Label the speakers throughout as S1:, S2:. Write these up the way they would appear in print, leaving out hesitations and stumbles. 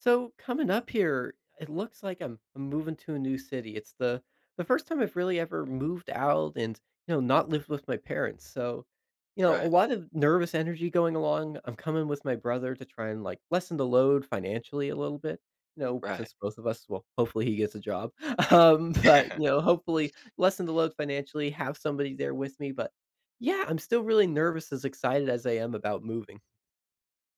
S1: So coming up here, it looks like I'm moving to a new city. It's the first time I've really ever moved out and not lived with my parents. So a
S2: Right,
S1: lot of nervous energy going along. I'm coming with my brother to try and like lessen the load financially a little bit. You know,
S2: right.
S1: since both of us, well, hopefully he gets a job. Hopefully lessen the load financially. Have somebody there with me. But yeah, I'm still really nervous, as excited as I am about moving.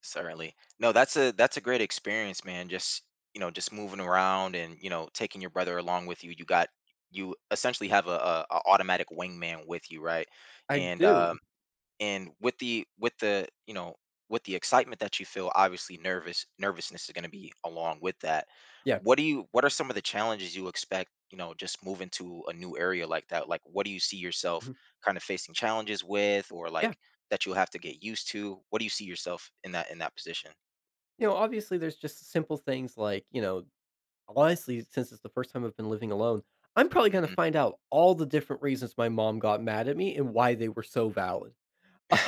S2: Certainly. No, that's a great experience, man. Just, you know, just moving around and, you know, taking your brother along with you. You got you essentially have a automatic wingman with you, right?
S1: I
S2: And um
S1: do.
S2: and with the with the excitement that you feel, obviously nervousness is going to be along with that.
S1: Yeah.
S2: What do you what are some of the challenges you expect, you know, just moving to a new area like that? Like what do you see yourself
S1: Mhm.
S2: kind of facing challenges with, or like that you'll have to get used to? What do you see yourself in that position?
S1: You know, obviously, there's just simple things like, you know, honestly, since it's the first time I've been living alone, I'm probably going to
S2: Mhm.
S1: find out all the different reasons my mom got mad at me and why they were so valid.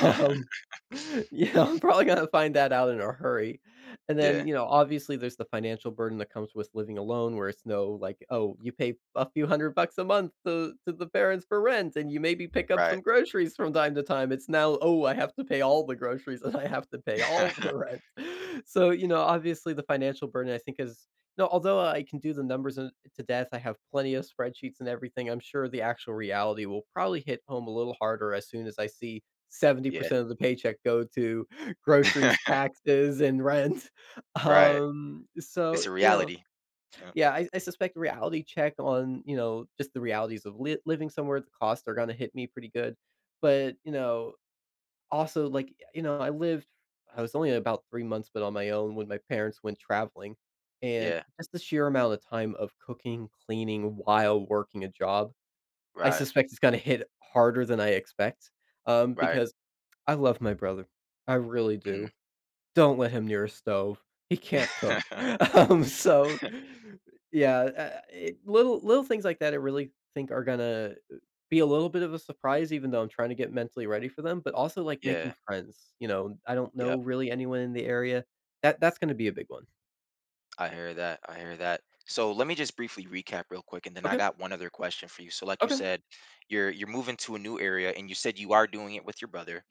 S1: Um, yeah, I'm probably gonna find that out in a hurry. And
S2: Yeah,
S1: then, you know, obviously there's the financial burden that comes with living alone where it's no like, oh, you pay a few $100s a month to the parents for rent and you maybe pick up
S2: right.
S1: some groceries from time to time. It's now, oh, I have to pay all the groceries and I have to pay all the rent. So, you know, obviously the financial burden I think is no, although I can do the numbers to death, I have plenty of spreadsheets and everything. I'm sure the actual reality will probably hit home a little harder as soon as I see
S2: Yeah.
S1: 70% of the paycheck go to groceries, taxes, and rent.
S2: Right,
S1: Um, so,
S2: it's a
S1: you know,
S2: reality. Uh,
S1: yeah, I suspect a reality check on, you know, just the realities of living somewhere, the costs are going to hit me pretty good. But, you know, also, like, you know, I was only about 3 months, but on my own when my parents went traveling. And
S2: yeah,
S1: just the sheer amount of time of cooking, cleaning while working a job, I
S2: right,
S1: suspect it's going to hit harder than I expect
S2: right.
S1: because I love my brother. I really
S2: Mhm.
S1: do. Don't let him near a stove. He can't cook. Um, so yeah, it little things like that I really think are gonna be a little bit of a surprise even though I'm trying to get mentally ready for them, but also, like, making
S2: Yeah,
S1: friends, you know, I don't
S2: yeah.
S1: know really anyone in the area. That's gonna be a big one.
S2: I hear that. I hear that. So let me just briefly recap real quick, and then I
S1: Okay,
S2: got one other question for you. So, like you
S1: okay,
S2: said, you're moving to a new area, and you said you are doing it with your brother,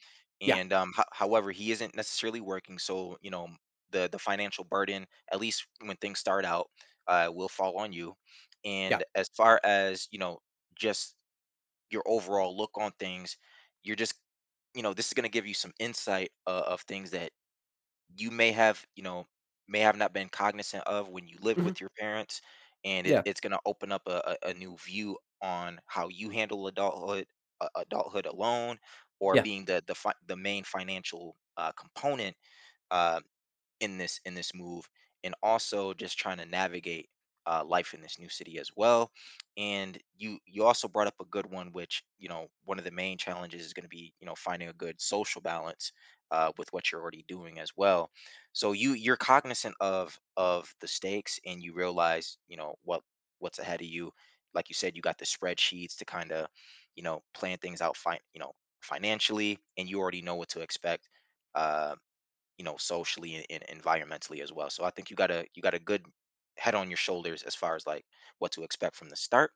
S1: yeah,
S2: and however, he isn't necessarily working. So you know, the financial burden, at least when things start out, will fall on you.
S1: yeah,
S2: And as far as you know, just your overall look on things, you're just, you know, this is going to give you some insight of things that you may have, you know, may have not been cognizant of when you lived
S1: mhm,
S2: with your parents. And it,
S1: yeah,
S2: it's going to open up a new view on how you handle adulthood, adulthood alone, or
S1: yeah,
S2: being the main financial component uh, in this move, and also just trying to navigate life in this new city as well. And you also brought up a good one, which, you know, one of the main challenges is going to be, you know, finding a good social balance with what you're already doing as well. So you're cognizant of the stakes, and you realize, you know, what what's ahead of you. Like you said, you got the spreadsheets to kind of, you know, plan things out fine, you know, financially, and you already know what to expect, uh you know, socially and, environmentally as well. So I think you got a good head on your shoulders as far as like what to expect from the start.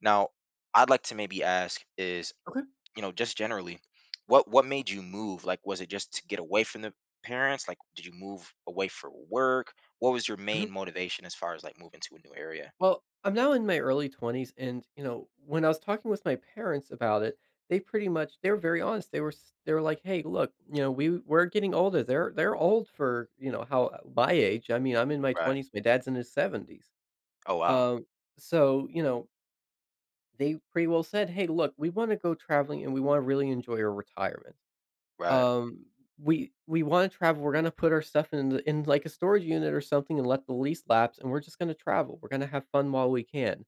S2: Now I'd like to maybe ask is,
S1: okay,
S2: you know, just generally, what made you move? Like was it just to get away from the parents? Like did you move away for work? What was your
S1: mhm.
S2: main motivation as far as like moving to a new area?
S1: Well, I'm now in my early 20s and, you know, when I was talking with my parents about it, they pretty much they were very honest. They were they were like, "Hey, look, you know, we're getting older. They're old for, you know, how my age. I mean, I'm in my
S2: Right.
S1: 20s, my dad's in his 70s."
S2: Oh, wow.
S1: Um so, you know, they pretty well said, "Hey, look, we want to go traveling and we want to really enjoy our retirement.
S2: Right.
S1: Um we want to travel. We're going to put our stuff in in like a storage unit or something and let the lease lapse and we're just going to travel. We're going to have fun while we can."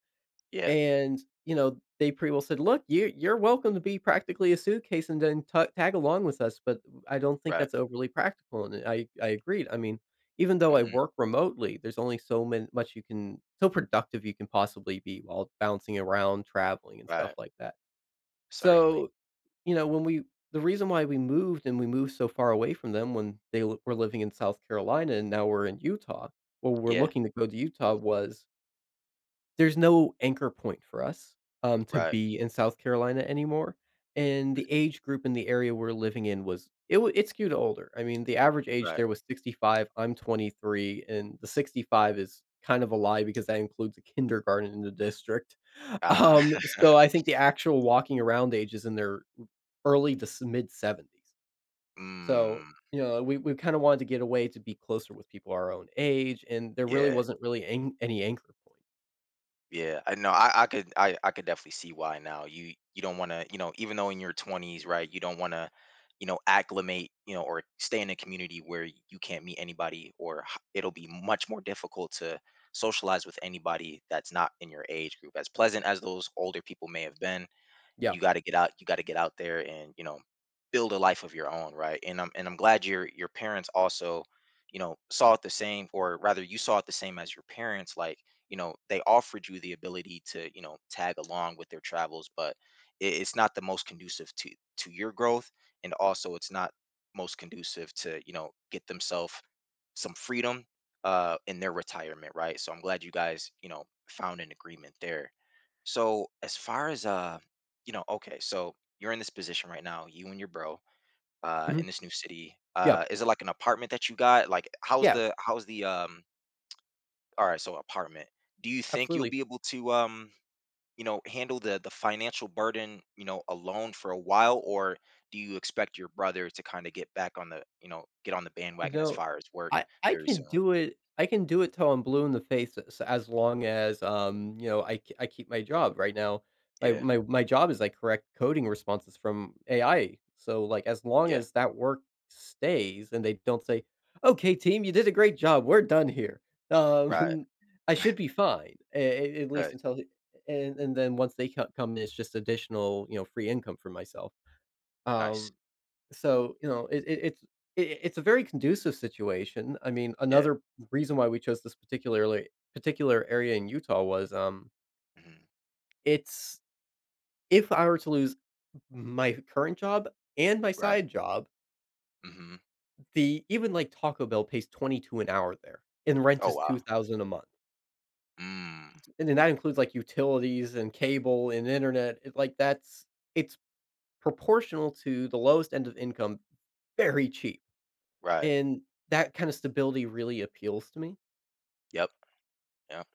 S2: Yeah,
S1: And, you know, they pretty well said, "Look, you're welcome to be practically a suitcase and then ta tag along with us, but I don't think
S2: right.
S1: that's overly practical," and I agreed. I mean, even though I
S2: Hmm.
S1: work remotely, there's only so productive you can possibly be while bouncing around, traveling, and stuff
S2: Right.
S1: like that.
S2: Certainly.
S1: So, you know, when we the reason why we moved and we moved so far away from them when were living in South Carolina and now we're in Utah, well, we're
S2: Yeah,
S1: looking to go to Utah was there's no anchor point for us, to
S2: right.
S1: be in South Carolina anymore, and the age group in the area we're living in was it skewed older. I mean, the average
S2: Mm-hmm.
S1: age
S2: Right.
S1: there was 65, I'm 23, and the 65 is kind of a lie because that includes a kindergarten in the district.
S2: Ah.
S1: Um, so I think the actual walking around age is in their early to mid-70s.
S2: Mm,
S1: So, you know, we kinda wanted to get away to be closer with people our own age, and there really
S2: yeah.
S1: wasn't really an any anchor point.
S2: Yeah, I know. I could definitely see why now. You don't want to, you know, even though in your 20s, right, you don't want to, you know, acclimate, you know, or stay in a community where you can't meet anybody, or it'll be much more difficult to socialize with anybody that's not in your age group. As pleasant as those older people may have been,
S1: Yeah.
S2: you got to get out, there, and you know, build a life of your own, right? And I'm glad your parents also, you know, saw it the same, or rather you saw it the same as your parents. Like, you know, they offered you the ability to, you know, tag along with their travels, but it's not the most conducive to your growth. And also it's not most conducive to, you know, get themselves some freedom in their retirement, right? So I'm glad you guys, you know, found an agreement there. So as far as you know, okay, so you're in this position right now, you and your bro, in
S1: Mhm.
S2: this new city.
S1: Yeah.
S2: Is it like an apartment that you got? Like, how's
S1: Yeah,
S2: the how's the? All right, so apartment. Do you think you'll
S1: absolutely.
S2: be able to you know, handle the financial burden, you know, alone for a while, or do you expect your brother to kind of get back on the, you know, get on the
S1: You
S2: bandwagon as
S1: know,
S2: far as work very soon?
S1: I can do it till I'm blue in the face as long as, you know, I keep my job right now. My
S2: Yeah.
S1: my my job is I correct coding responses from AI. So, like, as long
S2: Yeah.
S1: as that work stays and they don't say, "Okay, team, you did a great job. We're done here."
S2: Right,
S1: Um, I should be fine a at least
S2: right.
S1: until and then once they co come in, it's just additional, you know, free income for myself.
S2: Nice.
S1: Um So, you know, it it's a very conducive situation. I mean,
S2: Yeah.
S1: another reason why we chose this particular area in Utah was,
S2: Mhm.
S1: it's if I were to lose my current job and my
S2: Right.
S1: side job,
S2: Mhm.
S1: the even, like, Taco Bell pays 22 an hour there, and rent
S2: Oh,
S1: is
S2: wow.
S1: 2,000 a month,
S2: Mm.
S1: and then that includes, like, utilities and cable and internet, it like, that's it's proportional to the lowest end of income, very cheap,
S2: Right.
S1: and that kind of stability really appeals to me.
S2: Yep. Yep.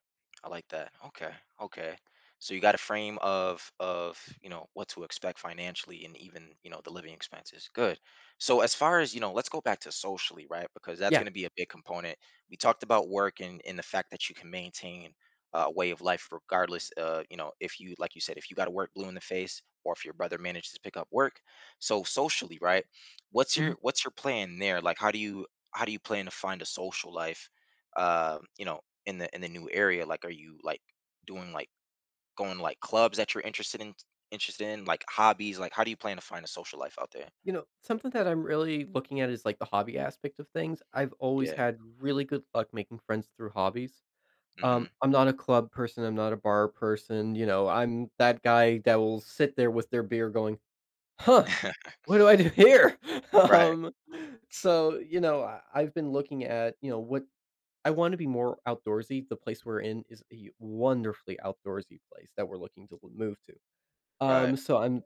S2: I like that. Okay. Okay. So you got a frame of you know, what to expect financially, and even, you know, the living expenses. Good. So as far as, you know, let's go back to socially, right? Because that's
S1: Yeah.
S2: going to be a big component. We talked about work and the fact that you can maintain a way of life regardless, you know, if you, like you said, if you got to work blue in the face, or if your brother manages to pick up work. So socially, right? What's your
S1: Mhm.
S2: plan there? Like how do you plan to find a social life? You know, in the new area? Like, are you like doing like going like clubs that you're interested in, like hobbies? Like, how do you plan to find a social life out there?
S1: You know, something that I'm really looking at is like the hobby aspect of things. I've always
S2: Yeah.
S1: had really good luck making friends through hobbies.
S2: Hmm.
S1: I'm not a club person. I'm not a bar person. You know, I'm that guy that will sit there with their beer going, huh, what do I do here?
S2: Right.
S1: um, I've been looking at, you know, what I want to be more outdoorsy. The place we're in is a wonderfully outdoorsy place that we're looking to move to.
S2: Right.
S1: Um, so I'm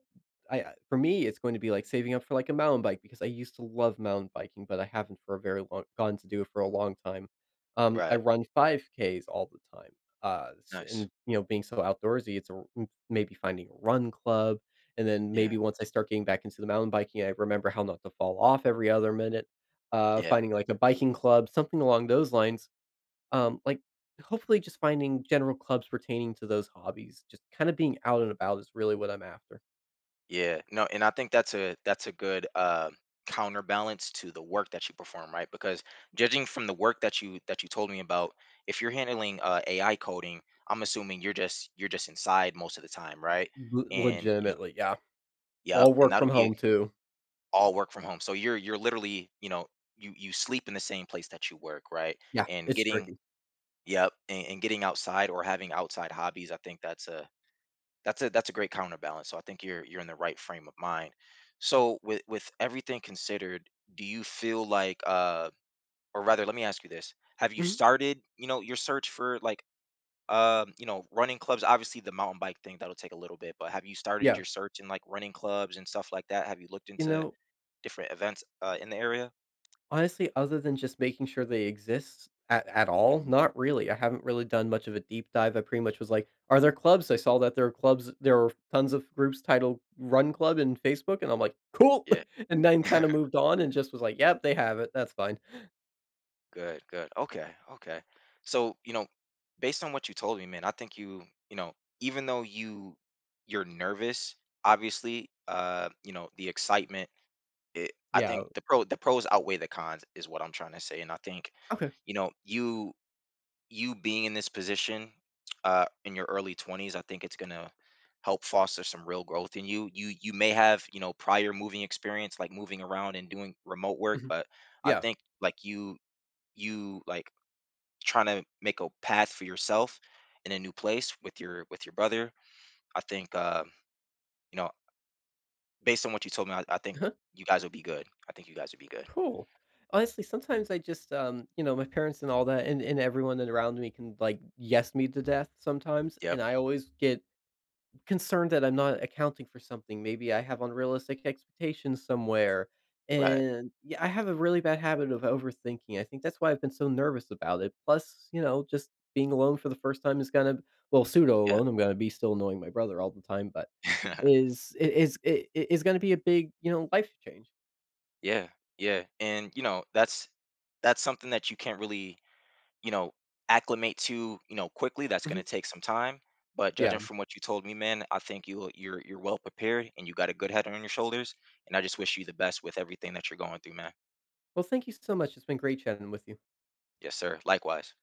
S1: I for me, it's going to be, like, saving up for, like, a mountain bike because I used to love mountain biking, but I haven't for a very long gone to do it for a long time. I
S2: Right.
S1: run 5Ks all the time, s
S2: Nice.
S1: and, you know, being so outdoorsy, it's a r m maybe finding a run club, and then
S2: Yeah.
S1: maybe once I start getting back into the mountain biking, I remember how not to fall off every other minute,
S2: Yeah.
S1: finding, like, a biking club, something along those lines. Um, like, hopefully just finding general clubs pertaining to those hobbies, just kinda being out and about is really what I'm after.
S2: Yeah. No, and I think that's a good counterbalance to the work that you perform, right? Because judging from the work that you told me about, if you're handling AI coding, I'm assuming you're just inside most of the time, right?
S1: Le
S2: And you know,
S1: Legitimately, yeah.
S2: yep.
S1: I'll
S2: And
S1: work
S2: that'll
S1: from
S2: be
S1: home too.
S2: all work from home. So you're literally, you know, you sleep in the same place that you work, right?
S1: Yeah,
S2: And
S1: it's
S2: getting,
S1: tricky.
S2: yep, and, getting outside, or having outside hobbies, I think that's a great counterbalance. So I think you're in the right frame of mind. So with everything considered, do you feel like or rather, let me ask you this. Have you
S1: Mhm,
S2: started, you know, your search for like you know, running clubs? Obviously the mountain bike thing, that'll take a little bit, but have you started
S1: yeah.
S2: your search in like running clubs and stuff like that? Have you looked
S1: You
S2: into
S1: know,
S2: different events in the area?
S1: honestly, other than just making sure they exist at all,
S2: Mhm.
S1: not really. I haven't really done much of a deep dive. I pretty much was like, "Are there clubs?" I saw that there are clubs there are tons of groups titled "Run Club" in Facebook, and I'm like, "Cool."
S2: Yeah,
S1: And then kinda moved on and just was like, "Yep, they have it. That's fine."
S2: good, good. Okay, okay. So, you know, based on what you told me, man, I think you, you know, even though you're nervous, obviously, you know, the excitement, I
S1: Yeah.
S2: think the pros outweigh the cons is what I'm trying to say. And I think,
S1: Okay.
S2: you know, you being in this position in your early 20s, I think it's going to help foster some real growth in you. You may have, you know, prior moving experience, like moving around and doing remote work,
S1: Mhm.
S2: but I
S1: Yeah.
S2: think like you trying to make a path for yourself in a new place with your brother. I think you know, based on what you told me, I think
S1: Uh-huh.
S2: you guys will be good. I think you guys will be good.
S1: Cool. Honestly, sometimes I just, you know, my parents and all that, and everyone around me can like yes me to death sometimes,
S2: Yep,
S1: and I always get concerned that I'm not accounting for something. Maybe I have unrealistic expectations somewhere,
S2: right.
S1: and yeah, I have a really bad habit of overthinking. I think that's why I've been so nervous about it. Plus, you know, just being alone for the first time is gonna, well, pseudo
S2: Yeah.
S1: alone. I'm gonna be still annoying my brother all the time, but is going to be a big, you know, life change.
S2: Yeah, yeah. And you know, that's something that you can't really, you know, acclimate to, you know, quickly. That's going
S1: Mhm.
S2: to take some time. But judging
S1: Yeah.
S2: from what you told me, man, I think you're well prepared, and you got a good head on your shoulders. And I just wish you the best with everything that you're going through, man.
S1: Well, thank you so much. It's been great chatting with you.
S2: Yes sir, likewise.